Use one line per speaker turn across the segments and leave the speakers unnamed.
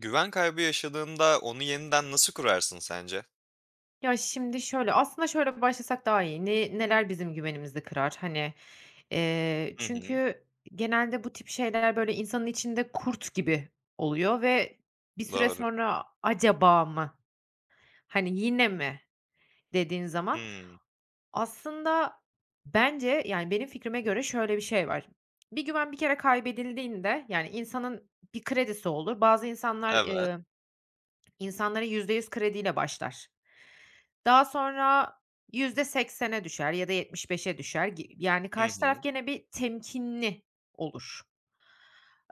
Güven kaybı yaşadığında onu yeniden nasıl kurarsın sence?
Ya, şimdi şöyle, aslında şöyle başlasak daha iyi. Neler bizim güvenimizi kırar? Hani,
Hı hı.
çünkü genelde bu tip şeyler, böyle, insanın içinde kurt gibi oluyor ve bir süre
Doğru.
sonra, "Acaba mı? Hani, yine mi?" dediğin zaman
Hımm.
aslında bence, yani, benim fikrime göre şöyle bir şey var. Bir güven bir kere kaybedildiğinde, yani, insanın bir kredisi olur. Bazı insanlar,
Evet.
İnsanlara %100 krediyle başlar. Daha sonra %80'e düşer ya da 75'e düşer. Yani
Hı
karşı taraf
hı.
gene bir temkinli olur.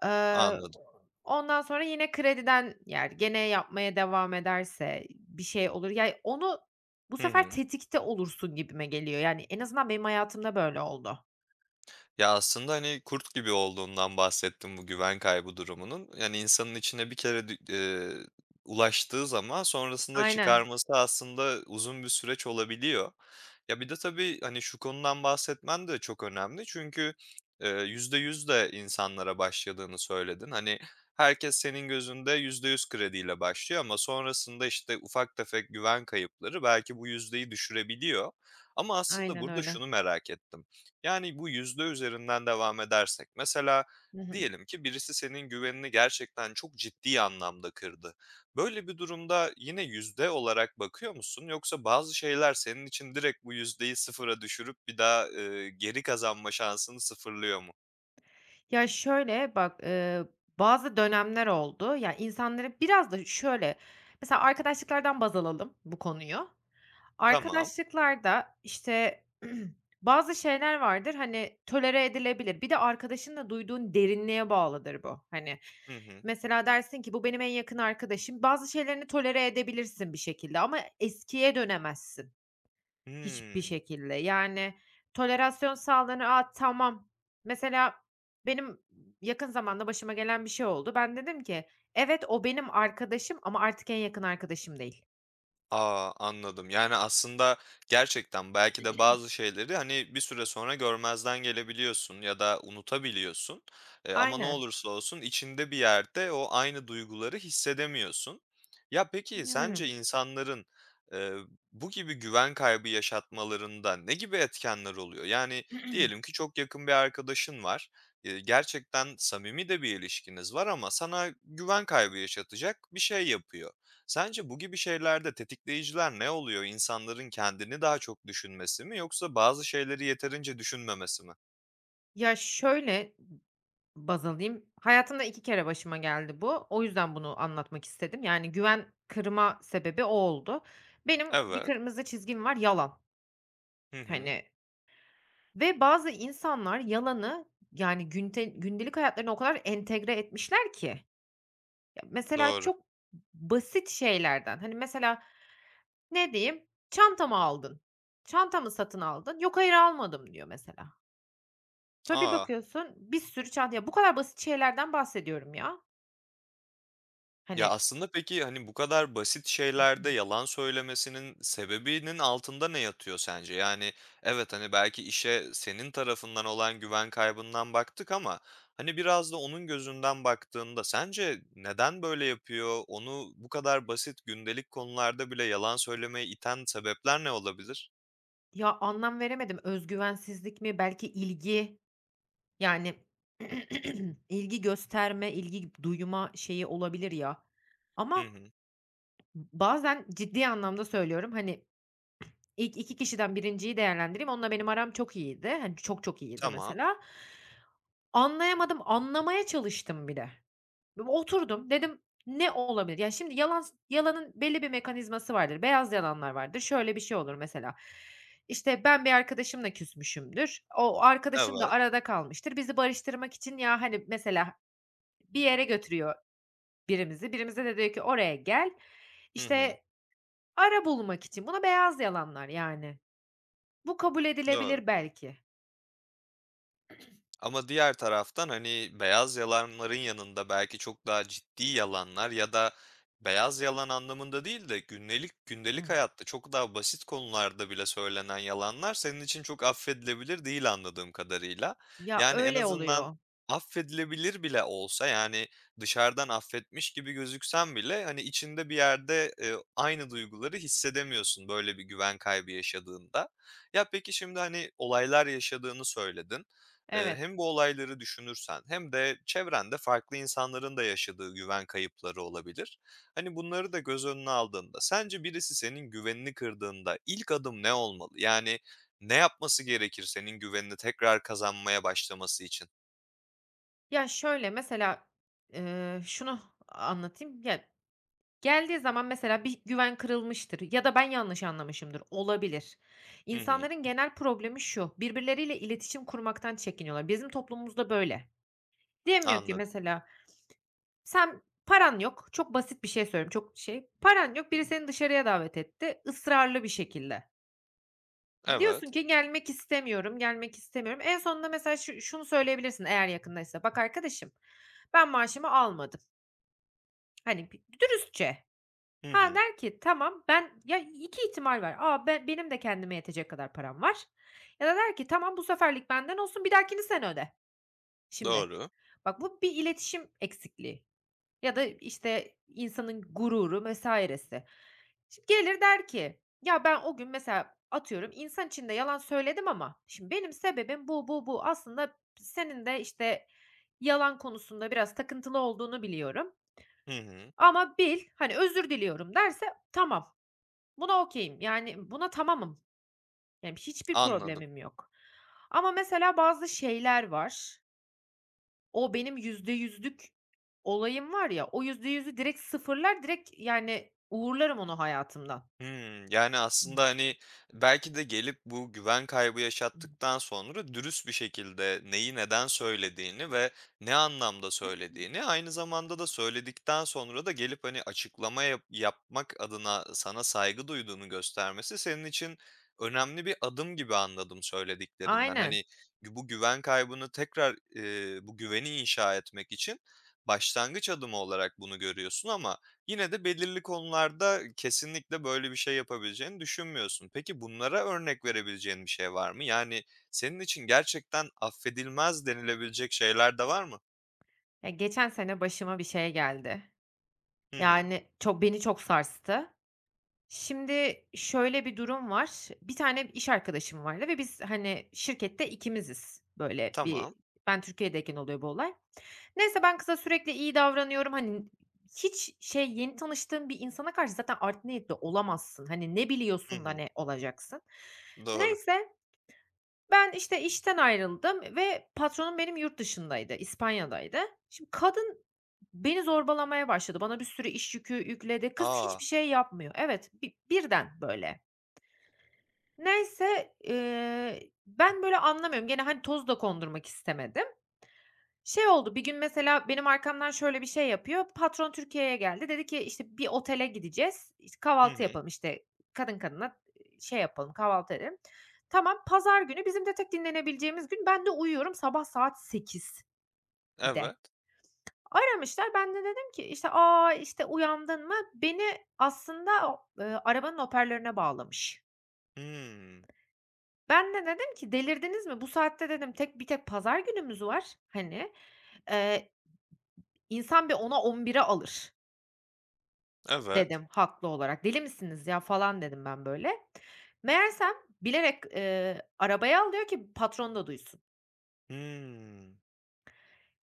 Eee,
Anladım.
Ondan sonra yine krediden yer. Gene yapmaya devam ederse bir şey olur. Yani onu bu
Hı
sefer
hı.
tetikte olursun gibime geliyor. Yani en azından benim hayatımda böyle oldu.
Ya, aslında, hani, kurt gibi olduğundan bahsettim bu güven kaybı durumunun. Yani, insanın içine bir kere dü ulaştığı zaman sonrasında
Aynen,
çıkarması aslında uzun bir süreç olabiliyor. Ya, bir de tabii, hani, şu konudan bahsetmen de çok önemli çünkü, %100 de insanlara başladığını söyledin. Hani, herkes senin gözünde %100 krediyle başlıyor ama sonrasında, işte, ufak tefek güven kayıpları belki bu yüzdeyi düşürebiliyor. Ama aslında
aynen
burada
öyle.
şunu merak ettim. Yani, bu yüzde üzerinden devam edersek mesela
Hı hı.
diyelim ki birisi senin güvenini gerçekten çok ciddi anlamda kırdı. Böyle bir durumda yine yüzde olarak bakıyor musun yoksa bazı şeyler senin için direkt bu yüzdeyi sıfıra düşürüp bir daha, geri kazanma şansını sıfırlıyor mu?
Ya, şöyle, bak, bazı dönemler oldu. Ya, insanların biraz da şöyle, mesela arkadaşlıklardan baz alalım bu konuyu.
Tamam.
Arkadaşlıklarda, işte, bazı şeyler vardır, hani, tolere edilebilir. Bir de arkadaşınla duyduğun derinliğe bağlıdır bu. Hani,
Hı hı.
mesela dersin ki, "Bu benim en yakın arkadaşım." Bazı şeylerini tolere edebilirsin bir şekilde ama eskiye dönemezsin. Hiçbir
Hıı.
şekilde. Yani, tolerasyon sağlığını, A, tamam. Mesela benim yakın zamanda başıma gelen bir şey oldu. Ben dedim ki, "Evet, o benim arkadaşım ama artık en yakın arkadaşım değil."
A! Anladım. Yani, aslında gerçekten belki de bazı şeyleri, hani, bir süre sonra görmezden gelebiliyorsun ya da unutabiliyorsun, ama ne
Aynen.
olursa olsun içinde bir yerde o aynı duyguları hissedemiyorsun. Ya, peki
Yani.
sence insanların, eee, bu gibi güven kaybı yaşatmalarında ne gibi etkenler oluyor? Yani, diyelim ki çok yakın bir arkadaşın var, gerçekten samimi de bir ilişkiniz var ama sana güven kaybı yaşatacak bir şey yapıyor. Sence bu gibi şeylerde tetikleyiciler ne oluyor? İnsanların kendini daha çok düşünmesi mi yoksa bazı şeyleri yeterince düşünmemesi mi?
Ya, şöyle baz alayım. Hayatımda 2 kere başıma geldi bu. O yüzden bunu anlatmak istedim. Yani, güven kırma sebebi o oldu. Benim bir
Evet.
kırmızı çizgim var, yalan.
Hı hı.
Hani. Ve bazı insanlar yalanı, yani gündelik hayatlarına o kadar entegre etmişler ki. Ya, mesela
Doğru.
çok basit şeylerden, hani, mesela ne diyeyim? "Çanta mı aldın? Çanta mı satın aldın?" "Yok, hayır almadım." diyor mesela. Sonra bir
A!
bakıyorsun bir sürü çanta. Ya, bu kadar basit şeylerden bahsediyorum ya.
Ya,
Hani,
aslında peki, hani, bu kadar basit şeylerde yalan söylemesinin sebebinin altında ne yatıyor sence? Yani, evet, hani, belki işe senin tarafından olan güven kaybından baktık ama, hani, biraz da onun gözünden baktığında sence neden böyle yapıyor? Onu bu kadar basit gündelik konularda bile yalan söylemeye iten sebepler ne olabilir?
ya, anlam veremedim. Özgüvensizlik mi? Belki ilgi, yani, ilgi gösterme, ilgi duyma şeyi olabilir ya.
Hı
Ama
hı.
bazen ciddi anlamda söylüyorum, hani, ilk 2 kişiden birinciyi değerlendireyim. Onunla benim aram çok iyiydi. Hani, çok çok iyiydi
Tamam.
mesela. Anlayamadım, anlamaya çalıştım bile. Oturdum, dedim, "Ne olabilir?" Ya, şimdi yalanın belli bir mekanizması vardır. Beyaz yalanlar vardır. Şöyle bir şey olur mesela, İşte ben bir arkadaşımla küsmüşümdür. O arkadaşım da
Evet.
arada kalmıştır. Bizi barıştırmak için, ya, hani, mesela bir yere götürüyor birimizi. Birimize de diyor ki, "Oraya gel."
Hı hı.
İşte, ara bulmak için. Buna beyaz yalanlar yani. Bu kabul
Doğru.
edilebilir belki.
Ama diğer taraftan, hani, beyaz yalanların yanında belki çok daha ciddi yalanlar ya da beyaz yalan anlamında değil de gündelik gündelik
Hımm.
hayatta çok daha basit konularda bile söylenen yalanlar senin için çok affedilebilir değil anladığım kadarıyla.
Ya,
Yani, en
öyle
azından
oluyor.
affedilebilir bile olsa, yani, dışarıdan affetmiş gibi gözüksen bile, hani, içinde bir yerde, aynı duyguları hissedemiyorsun böyle bir güven kaybı yaşadığında. Ya, peki şimdi, hani, olaylar yaşadığını söyledin.
Evet.
Hem bu olayları düşünürsen hem de çevrende farklı insanların da yaşadığı güven kayıpları olabilir. Hani bunları da göz önüne aldığında sence birisi senin güvenini kırdığında ilk adım ne olmalı? Yani ne yapması gerekir senin güvenini tekrar kazanmaya başlaması için?
Ya, şöyle mesela, şunu anlatayım. Ya, geldiği zaman mesela bir güven kırılmıştır ya da ben yanlış anlamışımdır. Olabilir.
Hı hı,
İnsanların genel problemi şu, birbirleriyle iletişim kurmaktan çekiniyorlar. Bizim toplumumuzda böyle. Diyemiyor ki
anladım.
mesela sen paran yok, çok basit bir şey söylüyorum, çok şey, paran yok, biri seni dışarıya davet etti ısrarlı bir şekilde. Diyorsun
Evet.
ki gelmek istemiyorum, gelmek istemiyorum. En sonunda mesela şunu söyleyebilirsin eğer yakındaysa. Bak arkadaşım, ben maaşımı almadım. Hani dürüstçe.
Hı
Ha
hı,
der ki tamam, ben ya iki ihtimal var. Aa ben, benim de kendime yetecek kadar param var. Ya da der ki tamam, bu seferlik benden olsun, bir dahakini sen öde. Şimdi
doğru.
bak, bu bir iletişim eksikliği. Ya da, işte, insanın gururu vs.si. Şimdi gelir der ki, "Ya, ben o gün" mesela atıyorum, "insan içinde yalan söyledim ama şimdi benim sebebim bu, bu, bu. Aslında senin de, işte, yalan konusunda biraz takıntılı olduğunu biliyorum
Hı hı,
ama bil, hani, özür diliyorum." derse, tamam, buna okeyim. Yani, buna tamamım. Yani, hiçbir
anladım.
problemim yok. Ama mesela bazı şeyler var, o benim %100'lük olayım var ya, o %100'ü direkt sıfırlar, direkt yani uğurlarım onu hayatımdan.
Hımm. Yani, aslında, hani, belki de gelip bu güven kaybı
Hı hı.
yaşattıktan sonra dürüst bir şekilde neyi neden söylediğini ve ne anlamda söylediğini, aynı zamanda da söyledikten sonra da gelip, hani, açıklama yapmak adına sana saygı duyduğunu göstermesi senin için önemli bir adım gibi anladım söylediklerinden.
Aynen.
Hani, bu güven kaybını tekrar, bu güveni inşa etmek için başlangıç adımı olarak bunu görüyorsun ama yine de belirli konularda kesinlikle böyle bir şey yapabileceğini düşünmüyorsun. Peki bunlara örnek verebileceğin bir şey var mı? Yani senin için gerçekten affedilmez denilebilecek şeyler de var mı?
Ya, geçen sene başıma bir şey geldi.
Hı hı.
Yani beni çok sarstı. Şimdi şöyle bir durum var. Bir tane iş arkadaşım vardı ve biz, hani, şirkette ikimiziz. Böyle bir
Tamam.
Ben Türkiye'deyken oluyor bu olay. Neyse ben kıza sürekli iyi davranıyorum. Hani, hiç şey, yeni tanıştığın bir insana karşı zaten art niyetli olamazsın. Hani, ne
Hı
biliyorsun da
hı.
ne olacaksın?
Doğru.
Neyse ben, işte, işten ayrıldım ve patronum benim yurt dışındaydı, İspanya'daydı. Şimdi kadın beni zorbalamaya başladı. Bana bir sürü iş yükü yükledi. Kız
Aa.
hiçbir şey yapmıyor. Evet, birden böyle. Neyse, ben böyle anlamıyorum. Gene, hani, toz da kondurmak istemedim. Şey oldu, bir gün mesela benim arkamdan şöyle bir şey yapıyor. Patron Türkiye'ye geldi. Dedi ki, işte, "Bir otele gideceğiz. İşte,
Hı
kahvaltı
hı.
yapalım, işte, kadın kadına, şey yapalım, kahvaltı edelim." Tamam, pazar günü bizim de tek dinlenebileceğimiz gün. Ben de uyuyorum sabah saat 8 bir de.
Evet.
Aramışlar. Ben de dedim ki, işte, aa işte, uyandın mı?" Beni aslında o, arabanın hoparlörüne bağlamış.
Hımm.
Ben de dedim ki, "Delirdiniz mi? Bu saatte" dedim, tek pazar günümüz var." Hani, eee, insan bir 10'a 11'e alır.
Evet.
Dedim haklı olarak. "Deli misiniz ya?" falan dedim ben böyle. Meğersem bilerek, arabaya al diyor ki patron da duysun.
Hımm.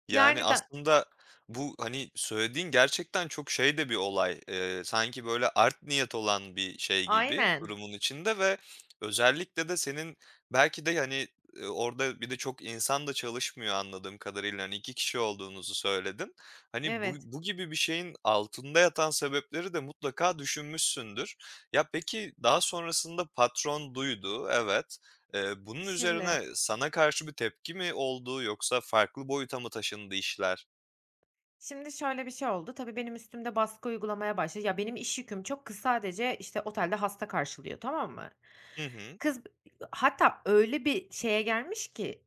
Yani,
Yani da
aslında bu, hani, söylediğin gerçekten çok şey de bir olay. Sanki böyle art niyet olan bir şey gibi
Aynen.
durumun içinde ve özellikle de senin belki de, hani, orada bir de çok insan da çalışmıyor anladığım kadarıyla. Hani, 2 kişi olduğunuzu söyledin. Hani, bu
Evet.
bu gibi bir şeyin altında yatan sebepleri de mutlaka düşünmüşsündür. Ya, peki daha sonrasında patron duydu, evet. Bunun
Şimdi
üzerine sana karşı bir tepki mi oldu yoksa farklı boyuta mı taşındı işler?
Şimdi şöyle bir şey oldu. Tabii benim üstümde baskı uygulamaya başladı. Ya, benim iş yüküm çok. Kız sadece, işte, otelde hasta karşılıyor, tamam mı?
Hı hı.
Kız hatta öyle bir şeye gelmiş ki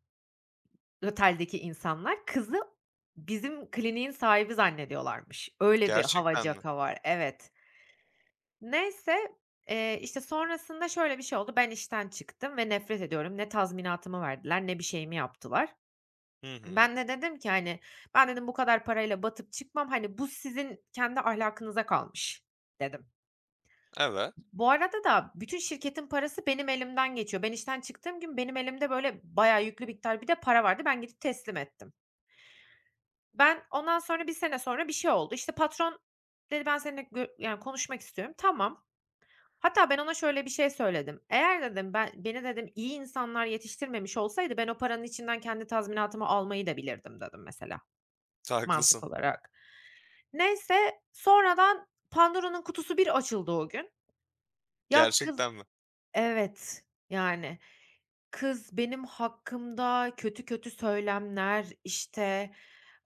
oteldeki insanlar kızı bizim kliniğin sahibi zannediyorlarmış. Öyle bir
Gerçekten mi?
havacaka var. Evet. Neyse, işte, sonrasında şöyle bir şey oldu. Ben işten çıktım ve nefret ediyorum. Ne tazminatımı verdiler ne bir şeyimi yaptılar.
Hı hı.
Ben de dedim ki, hani, "Ben" dedim, "bu kadar parayla batıp çıkmam. Hani, bu sizin kendi ahlakınıza kalmış." dedim.
Evet,
Bu arada da bütün şirketin parası benim elimden geçiyor. Ben işten çıktığım gün benim elimde, böyle, bayağı yüklü miktar bir de para vardı. Ben gidip teslim ettim. Ben ondan sonra bir sene sonra bir şey oldu. İşte, patron dedi, "Ben seninle yani, konuşmak istiyorum." Tamam. Hatta ben ona şöyle bir şey söyledim. "Eğer" dedim, beni" dedim, "iyi insanlar yetiştirmemiş olsaydı ben o paranın içinden kendi tazminatımı almayı da bilirdim." dedim mesela,
haklısın.
mantık olarak. Neyse, sonradan Pandora'nın kutusu bir açıldı o gün. Ya kız
Gerçekten mi?
Evet, yani. Kız benim hakkımda kötü kötü söylemler, işte,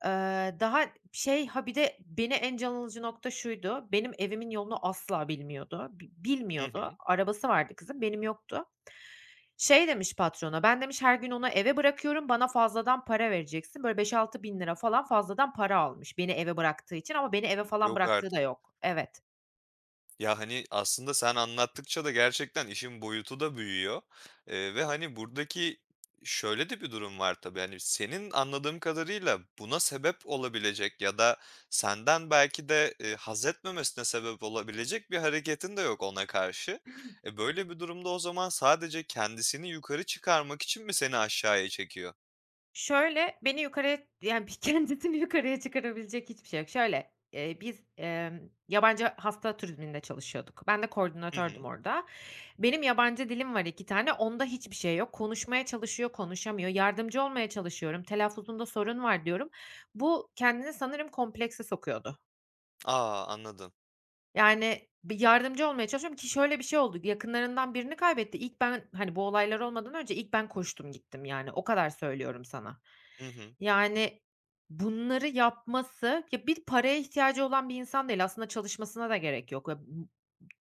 daha şey, ha, bir de beni en can alıcı nokta şuydu, benim evimin yolunu asla bilmiyordu.
Hı
Bilmiyordu.
hı.
Arabası vardı kızın, benim yoktu. Şey demiş patrona, "Ben" demiş, "her gün onu eve bırakıyorum, bana fazladan para vereceksin." Böyle 5-6 bin lira falan fazladan para almış beni eve bıraktığı için ama beni eve falan
Yok
bıraktığı da
artık.
yok. Evet.
Ya, hani, aslında sen anlattıkça da gerçekten işin boyutu da büyüyor, ve, hani, buradaki şöyle de bir durum var tabii, hani, senin anladığım kadarıyla buna sebep olabilecek ya da senden belki de, haz etmemesine sebep olabilecek bir hareketin de yok ona karşı. E, böyle bir durumda o zaman sadece kendisini yukarı çıkarmak için mi seni aşağıya çekiyor?
Şöyle, beni yukarıya, yani, bir kendisini yukarıya çıkarabilecek hiçbir şey yok. Şöyle, biz, yabancı hasta turizminde çalışıyorduk. Ben de
Hı
koordinatördüm
hı.
orada. Benim yabancı dilim var 2 tane, onda hiçbir şey yok. Konuşmaya çalışıyor, konuşamıyor. Yardımcı olmaya çalışıyorum. "Telaffuzumda sorun var." diyorum. Bu kendini sanırım komplekse sokuyordu.
A! Anladım.
Yani, bir yardımcı olmaya çalışıyorum ki şöyle bir şey oldu, yakınlarından birini kaybetti. İlk ben, hani, bu olaylar olmadan önce ilk ben koştum gittim, yani, o kadar söylüyorum sana.
Hı hı.
Yani, bunları yapması ya, bir paraya ihtiyacı olan bir insan değil, aslında çalışmasına da gerek yok. Ya,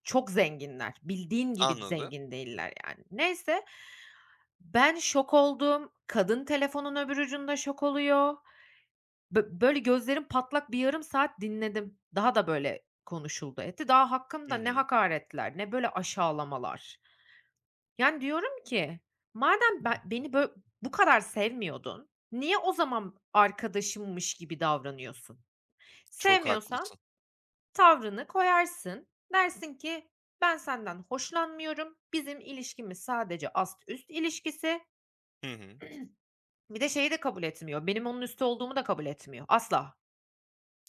çok zenginler, bildiğin gibi
Anladım.
zengin değiller, yani. Neyse, ben şok oldum, kadın telefonun öbür ucunda şok oluyor. Böyle gözlerim patlak bir yarım saat dinledim. Daha da böyle konuşuldu etti. Daha
Hı
hakkımda ne
hı.
hakaretler ne böyle aşağılamalar. Yani diyorum ki madem beni böyle bu kadar sevmiyordun, niye o zaman arkadaşımmış gibi davranıyorsun?
Çok
Sevmiyorsan
haklısın.
tavrını koyarsın. Dersin ki ben senden hoşlanmıyorum. Bizim ilişkimiz sadece ast üst ilişkisi.
Hı hı.
Bir de şeyi de kabul etmiyor. Benim onun üstü olduğumu da kabul etmiyor asla.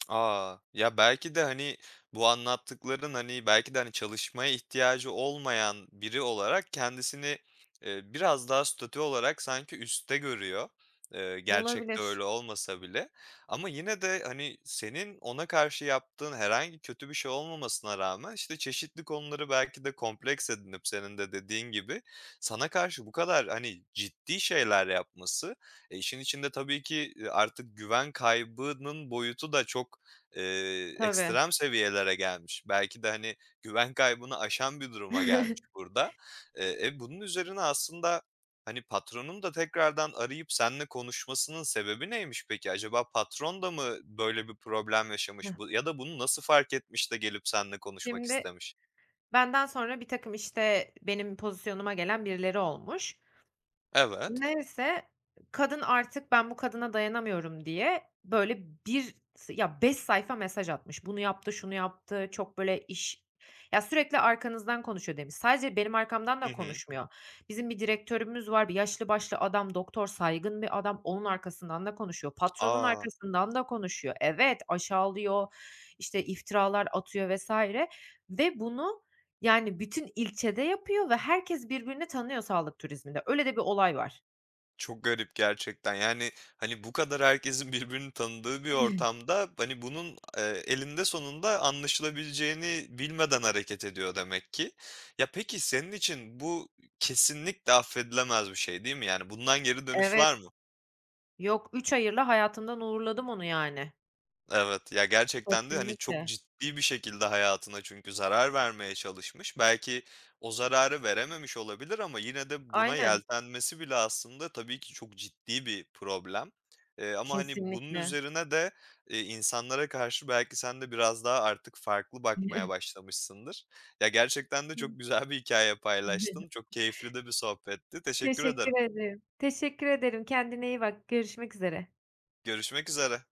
Aa, ya, belki de, hani, bu anlattıkların, hani, belki de, hani, çalışmaya ihtiyacı olmayan biri olarak kendisini, biraz daha statü olarak sanki üstte görüyor. Gerçekte
Olabilir.
öyle olmasa bile ama yine de, hani, senin ona karşı yaptığın herhangi kötü bir şey olmamasına rağmen, işte, çeşitli konuları belki de kompleks edinip senin de dediğin gibi sana karşı bu kadar, hani, ciddi şeyler yapması, işin içinde tabii ki, artık güven kaybının boyutu da çok,
Tabii.
ekstrem seviyelere gelmiş. Belki de, hani, güven kaybını aşan bir duruma gelmiş burada. Bunun üzerine aslında, hani, patronun da tekrardan arayıp seninle konuşmasının sebebi neymiş peki? Acaba patron da mı böyle bir problem yaşamış
Hıh.
bu ya da bunu nasıl fark etmiş de gelip seninle konuşmak
Şimdi
istemiş?
benden sonra birtakım, işte, benim pozisyonuma gelen birileri olmuş.
Evet.
Neyse, kadın artık ben bu kadına dayanamıyorum diye böyle bir s ya 5 sayfa mesaj atmış. Bunu yaptı, şunu yaptı, çok böyle iş ya sürekli arkanızdan konuşuyor demiş. Sadece benim arkamdan
Hı
da
hı.
konuşmuyor. Bizim bir direktörümüz var, bir yaşlı başlı adam, doktor, saygın bir adam. Onun arkasından da konuşuyor. Patronun
A!
arkasından da konuşuyor. Evet, aşağılıyor, işte iftiralar atıyor vesaire ve bunu yani bütün ilçede yapıyor ve herkes birbirini tanıyor sağlık turizminde. Öyle de bir olay var.
Çok garip gerçekten. Yani, hani, bu kadar herkesin birbirini tanıdığı bir ortamda, hani, bunun, eninde sonunda anlaşılabileceğini bilmeden hareket ediyor demek ki. Ya, peki senin için bu kesinlikle affedilemez bir şey, değil mi? Yani, bundan geri dönüş
Evet.
var mı?
Yok, 3 hayırla hayatımdan uğurladım onu yani.
Evet, ya gerçekten de hani çok
Kesinlikle.
ciddi bir şekilde hayatına çünkü zarar vermeye çalışmış. Belki o zararı verememiş olabilir ama yine de buna
Aynen.
yeltenmesi bile aslında tabii ki çok ciddi bir problem. Ama hani bunun
Kesinlikle.
üzerine de, insanlara karşı belki sen de biraz daha artık farklı bakmaya başlamışsındır. Ya gerçekten de çok güzel bir hikaye paylaştın. Çok keyifli de bir sohbetti. Teşekkür ederim.
Teşekkür ederim. Teşekkür ederim. Kendine iyi bak. Görüşmek üzere.
Görüşmek üzere.